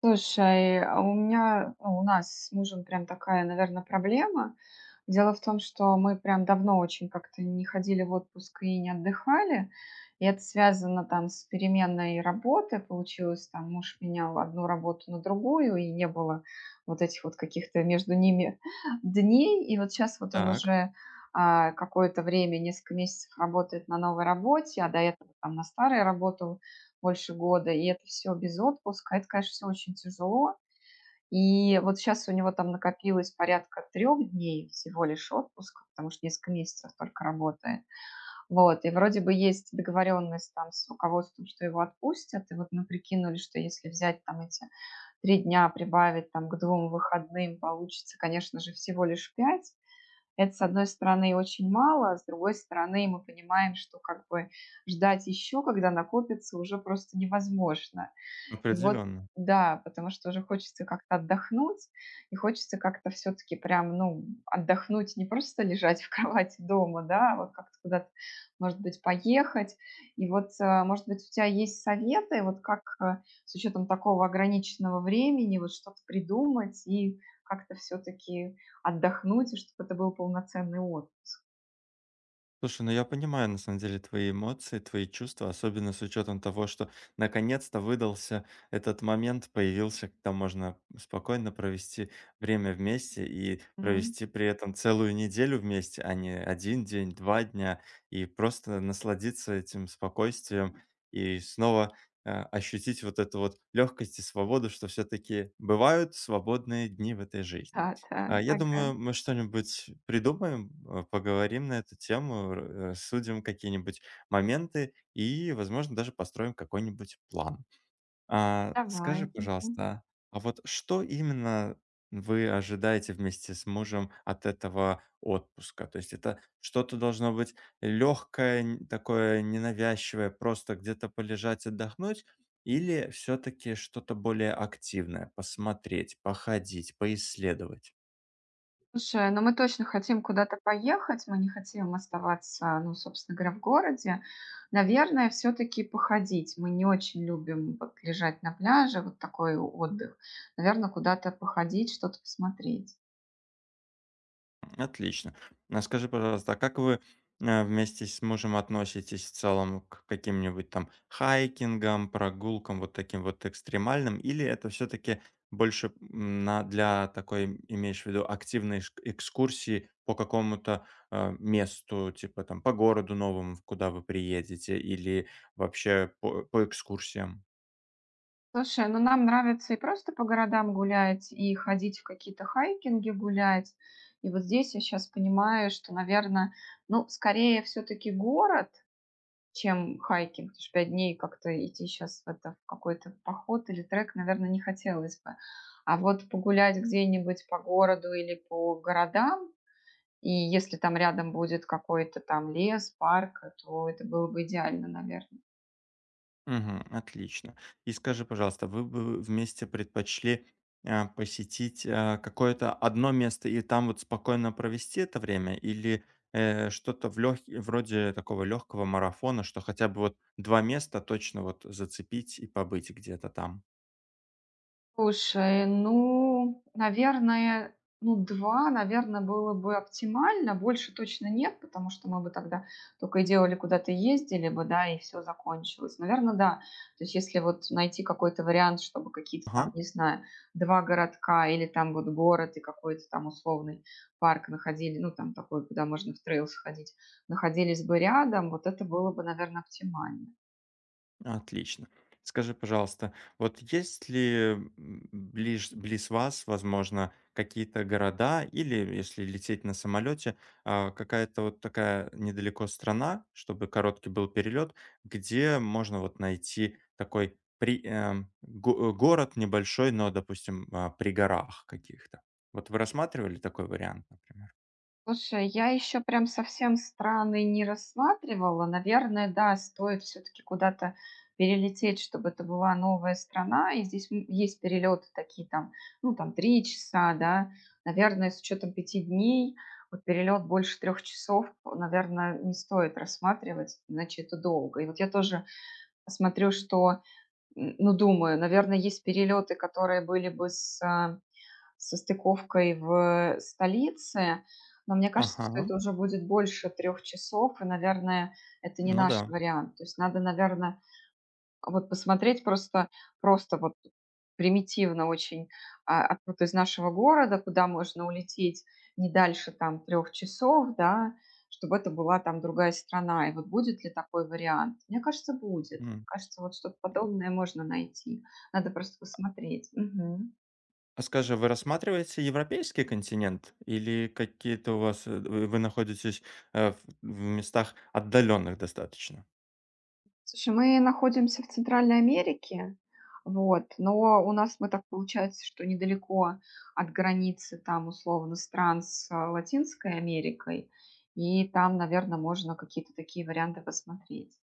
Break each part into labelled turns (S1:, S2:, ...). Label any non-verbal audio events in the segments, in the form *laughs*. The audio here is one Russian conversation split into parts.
S1: Слушай, а у меня, ну, у нас с мужем прям такая, наверное, проблема. Дело в том, что мы прям давно очень как-то не ходили в отпуск и не отдыхали. И это связано там с переменной работы. Получилось, там муж менял одну работу на другую, и не было вот этих вот каких-то между ними *laughs* дней. И вот сейчас вот он
S2: Так,
S1: уже какое-то время, несколько месяцев работает на новой работе, а до этого там на старой работе больше года, и это все без отпуска, это, конечно, все очень тяжело. И вот сейчас у него там накопилось порядка 3 дней всего лишь отпуска, потому что несколько месяцев только работает. Вот, и вроде бы есть договоренность там с руководством, что его отпустят, и вот мы прикинули, что если взять там эти 3 дня, прибавить там к 2 выходным, получится, конечно же, всего лишь пять. Это, с одной стороны, очень мало, а с другой стороны, мы понимаем, что как бы ждать еще, когда накопится, уже просто невозможно. И вот
S2: определенно.
S1: да, потому что уже хочется как-то отдохнуть, и хочется как-то все-таки прям, ну, отдохнуть, не просто лежать в *laughs* кровати дома, да, а вот как-то куда-то, может быть, поехать. И вот, может быть, у тебя есть советы, вот как с учетом такого ограниченного времени, вот что-то придумать и как-то все-таки отдохнуть, и чтобы это был полноценный отдых.
S2: Слушай, ну я понимаю на самом деле твои эмоции, твои чувства, особенно с учетом того, что наконец-то выдался этот момент, появился, когда можно спокойно провести время вместе и
S1: М.
S2: провести при этом целую неделю вместе, а не один день, два дня, и просто насладиться этим спокойствием и снова ощутить вот эту вот легкость и свободу, что все-таки бывают свободные дни в этой жизни.
S1: Да, да,
S2: Я
S1: ага,
S2: думаю, мы что-нибудь придумаем, поговорим на эту тему, р рассудим какие-нибудь моменты и, возможно, даже построим какой-нибудь план. Скажи,
S1: давай. Мгм.
S2: пожалуйста, а вот что именно вы ожидаете вместе с мужем от этого отпуска? То есть это что-то должно быть легкое, такое ненавязчивое, просто где-то полежать, отдохнуть, или все таки что-то более активное: посмотреть, походить, поисследовать?
S1: Слушай, ну мы точно хотим куда-то поехать, мы не хотим оставаться, ну, собственно говоря, в городе. Наверное, все-таки походить. Мы не очень любим вот лежать на пляже, вот такой отдых. Наверное, куда-то походить, что-то посмотреть.
S2: Отлично. А скажи, пожалуйста, а как вы, вместе с мужем относитесь в целом к каким-нибудь там хайкингам, прогулкам, вот таким вот экстремальным? Или это все таки больше, м, на для такой, имеешь в виду, активной шк экскурсии по какому-то, месту, типа там по городу новому, в куда вы приедете, или вообще по экскурсиям?
S1: Слушай, ну нам нравится и просто по городам гулять, и ходить в какие-то хайкинги гулять. И вот здесь я сейчас понимаю, что, наверное, ну, скорее все-таки город, чем хайкинг. Потому что 5 дней как-то идти сейчас в, это, в какой-то поход или трек, наверное, не хотелось бы. А вот погулять где-нибудь по городу или по городам, и если там рядом будет какой-то там лес, парк, то это было бы идеально, наверное.
S2: Мгм. Отлично. И скажи, пожалуйста, вы бы вместе предпочли, посетить, какое-то одно место и там вот спокойно провести это время? Или, что-то в лёг вроде такого легкого марафона, что хотя бы вот 2 места точно вот зацепить и побыть где-то там?
S1: Слушай, ну, наверное, ну, 2, наверное, было бы оптимально. Больше точно нет, потому что мы бы тогда только и делали, куда-то ездили бы, да, и все закончилось. Наверное, да. То есть если вот найти какой-то вариант, чтобы какие-то там,
S2: Ага.
S1: не знаю, 2 городка или там вот город и какой-то там условный парк находили, ну, там такой, куда можно в трейл сходить, находились бы рядом, вот это было бы, наверное, оптимально.
S2: Отлично. Скажи, пожалуйста, вот есть ли близ вас, возможно, какие-то города или, если лететь на самолете, какая-то вот такая недалеко страна, чтобы короткий был перелет, где можно вот найти такой город небольшой, но, допустим, при горах каких-то? Вот вы рассматривали такой вариант, например?
S1: Слушай, я еще прям совсем страны не рассматривала. Наверное, да, стоит все-таки куда-то перелететь, чтобы это была новая страна. И здесь есть перелеты такие там, ну там 3 часа, да. Наверное, с учетом 5 дней, вот перелет больше 3 часов, наверное, не стоит рассматривать, иначе это долго. И вот я тоже смотрю, что, ну думаю, наверное, есть перелеты, которые были бы со стыковкой в столице, но мне кажется, что
S2: Ага,
S1: это уже будет больше 3 часов, и, наверное, это не
S2: ну
S1: наш
S2: да.
S1: вариант. То есть надо, наверное, вот посмотреть просто вот примитивно очень, откуда из нашего города, куда можно улететь не дальше там 3 часов, да, чтобы это была там другая страна. И вот будет ли такой вариант? Мне кажется, будет. Кажется, вот что-то подобное можно найти. Надо просто посмотреть. Мгм.
S2: А скажи, вы рассматриваете европейский континент или какие-то у вас, вы находитесь, э, в в местах отдаленных достаточно?
S1: Слушай, мы находимся в Центральной Америке, вот, но у нас мы так получается, что недалеко от границы там условно стран с Латинской Америкой, и там, наверное, можно какие-то такие варианты посмотреть.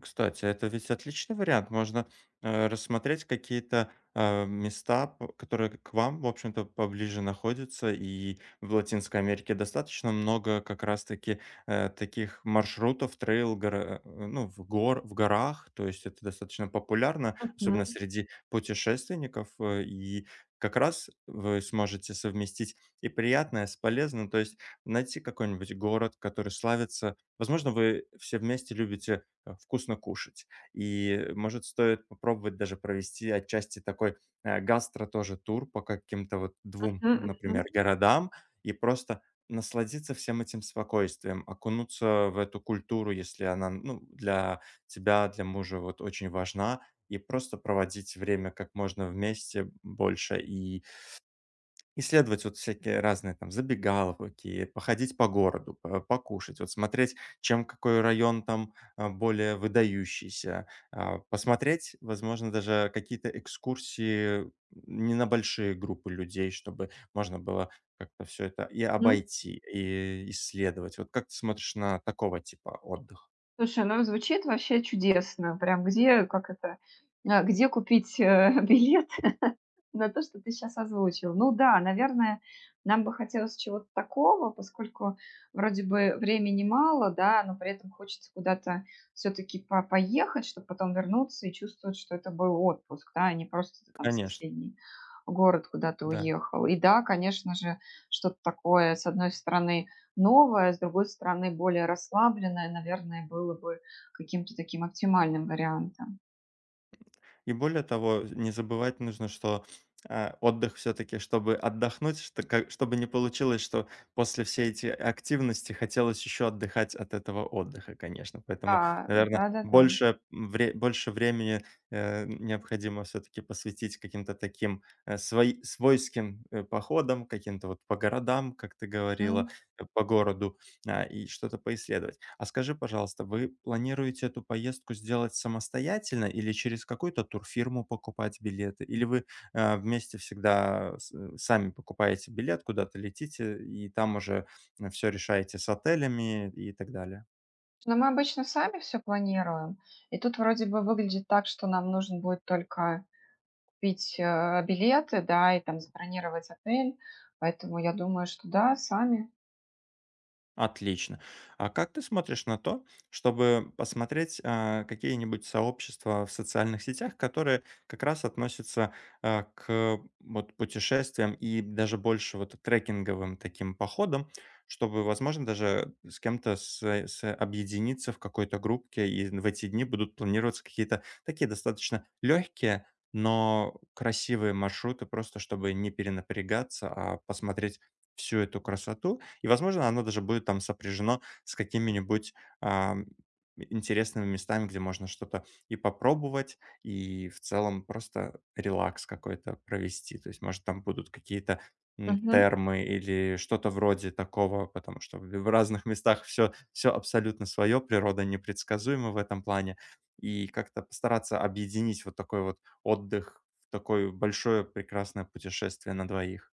S2: Кстати, это ведь отличный вариант. Можно, рассмотреть какие-то, места, п которые к вам, в общем-то, поближе находятся. И в Латинской Америке достаточно много как раз таки, таких маршрутов, трейл, ну, в горах. То есть это достаточно популярно,
S1: Мгм,
S2: особенно среди путешественников. И как раз вы сможете совместить и приятное с полезным. То есть найти какой-нибудь город, который славится. Возможно, вы все вместе любите вкусно кушать. И, может, стоит попробовать даже провести отчасти такой, гастро тоже тур по каким-то вот двум,
S1: мгм,
S2: например,
S1: мгм,
S2: городам и просто насладиться всем этим спокойствием, окунуться в эту культуру, если она, ну, для тебя, для мужа вот очень важна, и просто проводить время как можно вместе больше и исследовать вот всякие разные там забегаловки, походить по городу, по покушать, вот смотреть, чем какой район там, более выдающийся. А, посмотреть, возможно, даже какие-то экскурсии не на большие группы людей, чтобы можно было как-то все это и
S1: мгм.
S2: обойти, и исследовать. Вот как ты смотришь на такого типа отдых?
S1: Слушай, ну звучит вообще чудесно. Прям где, как это, где купить *laughs* билет на то, что ты сейчас озвучил. Ну да, наверное, нам бы хотелось чего-то такого, поскольку вроде бы времени мало, да, но при этом хочется куда-то все-таки поехать, чтобы потом вернуться и чувствовать, что это был отпуск, да, а не просто ты там в
S2: Конечно,
S1: соседний город куда-то
S2: да.
S1: уехал. И да, конечно же, что-то такое, с одной стороны, новое, а с другой стороны, более расслабленное, наверное, было бы каким-то таким оптимальным вариантом.
S2: И более того, не забывать нужно, что, отдых все-таки, чтобы отдохнуть, чтобы не получилось, что после всей эти активности хотелось еще отдыхать от этого отдыха, конечно. Поэтому,
S1: Да,
S2: наверное,
S1: да, да,
S2: больше времени, необходимо все-таки посвятить каким-то таким, э, свои свойским, походам, каким-то вот по городам, как ты
S1: да.
S2: говорила, по городу, и что-то поисследовать. А скажи, пожалуйста, вы планируете эту поездку сделать самостоятельно или через какую-то турфирму покупать билеты? Или вы вместе всегда сами покупаете билет, куда-то летите, и там уже все решаете с отелями и так далее?
S1: Но мы обычно сами все планируем, и тут вроде бы выглядит так, что нам нужно будет только купить, билеты, да, и там забронировать отель, поэтому я думаю, что да, сами.
S2: Отлично. А как ты смотришь на то, чтобы посмотреть, какие-нибудь сообщества в социальных сетях, которые как раз относятся, к вот путешествиям и даже больше вот трекинговым таким походам, чтобы, возможно, даже с кем-то с объединиться в какой-то группке, и в эти дни будут планироваться какие-то такие достаточно легкие, но красивые маршруты, просто чтобы не перенапрягаться, а посмотреть всю эту красоту. И, возможно, оно даже будет там сопряжено с какими-нибудь, ам, интересными местами, где можно что-то и попробовать, и в целом просто релакс какой-то провести. То есть, может, там будут какие-то,
S1: Мгм.
S2: термы или что-то вроде такого, потому что в разных местах все абсолютно свое природа непредсказуема в этом плане. И как-то постараться объединить вот такой вот отдых в такое большое прекрасное путешествие на двоих.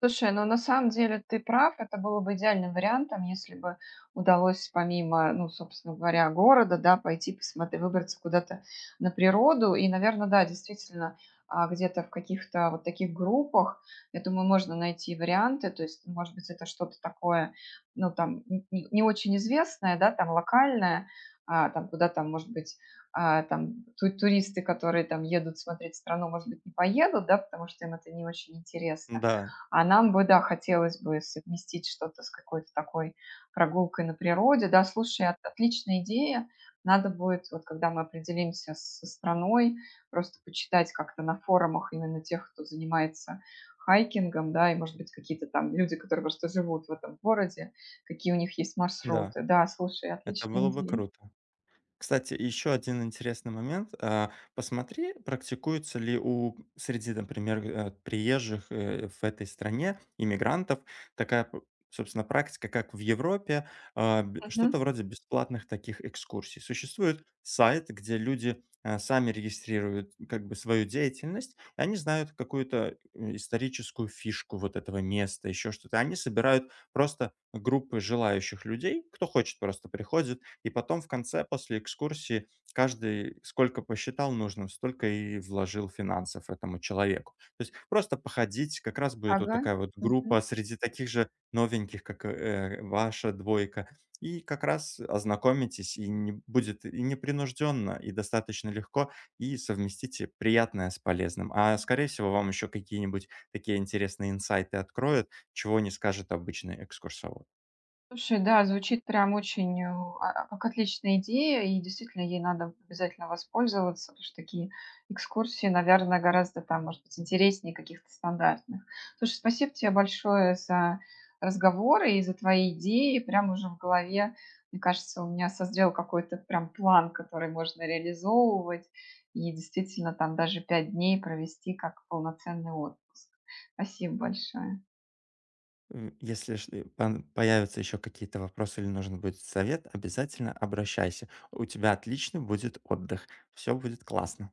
S1: Слушай, ну на самом деле ты прав, это было бы идеальным вариантом, если бы удалось помимо, ну, собственно говоря, города, да, пойти посмотреть, выбраться куда-то на природу. И, наверное, да, действительно, где-то в каких-то вот таких группах, я думаю, можно найти варианты. То есть, может быть, это что-то такое, ну, там, не очень известное, да, там, локальное, там, куда там, может быть, там, туристы, которые там едут смотреть страну, может быть, не поедут, да, потому что им это не очень интересно.
S2: Да,
S1: А нам бы, да, хотелось бы совместить что-то с какой-то такой прогулкой на природе. Да, слушай, отличная идея. Надо будет, вот когда мы определимся со страной, просто почитать как-то на форумах именно тех, кто занимается хайкингом, да, и, может быть, какие-то там люди, которые просто живут в этом городе, какие у них есть
S2: да,
S1: маршруты. Да, слушай,
S2: это
S1: отличная
S2: было бы
S1: идея.
S2: круто. Кстати, еще один интересный момент. Посмотри, практикуется ли у среди, например, приезжих в этой стране, иммигрантов, такая, п- собственно, практика, как в Европе,
S1: Мгм.
S2: что-то вроде бесплатных таких экскурсий. Существует сайт, где люди сами регистрируют как бы свою деятельность, и они знают какую-то историческую фишку вот этого места, еще что-то. Они собирают просто группы желающих людей, кто хочет просто приходит, и потом в конце, после экскурсии, каждый сколько посчитал нужным, столько и вложил финансов этому человеку. То есть просто походить, как раз будет вот
S1: Ага.
S2: такая вот
S1: Мгм.
S2: группа среди таких же новеньких, как, ваша двойка, и как раз ознакомитесь, и не будет и непринужденно, и достаточно легко, и совместите приятное с полезным. А, скорее всего, вам еще какие-нибудь такие интересные инсайты откроют, чего не скажет обычный экскурсовод.
S1: Слушай, да, звучит прям очень, как отличная идея, и действительно ей надо обязательно воспользоваться, потому что такие экскурсии, наверное, гораздо там, может быть, интереснее каких-то стандартных. Слушай, спасибо тебе большое за разговоры и за твои идеи. Прям уже в голове, мне кажется, у меня созрел какой-то прям план, который можно реализовывать, и действительно там даже 5 дней провести как полноценный отпуск. Спасибо большое.
S2: Если появятся еще какие-то вопросы или нужен будет совет, обязательно обращайся. У тебя отлично будет отдых. Все будет классно.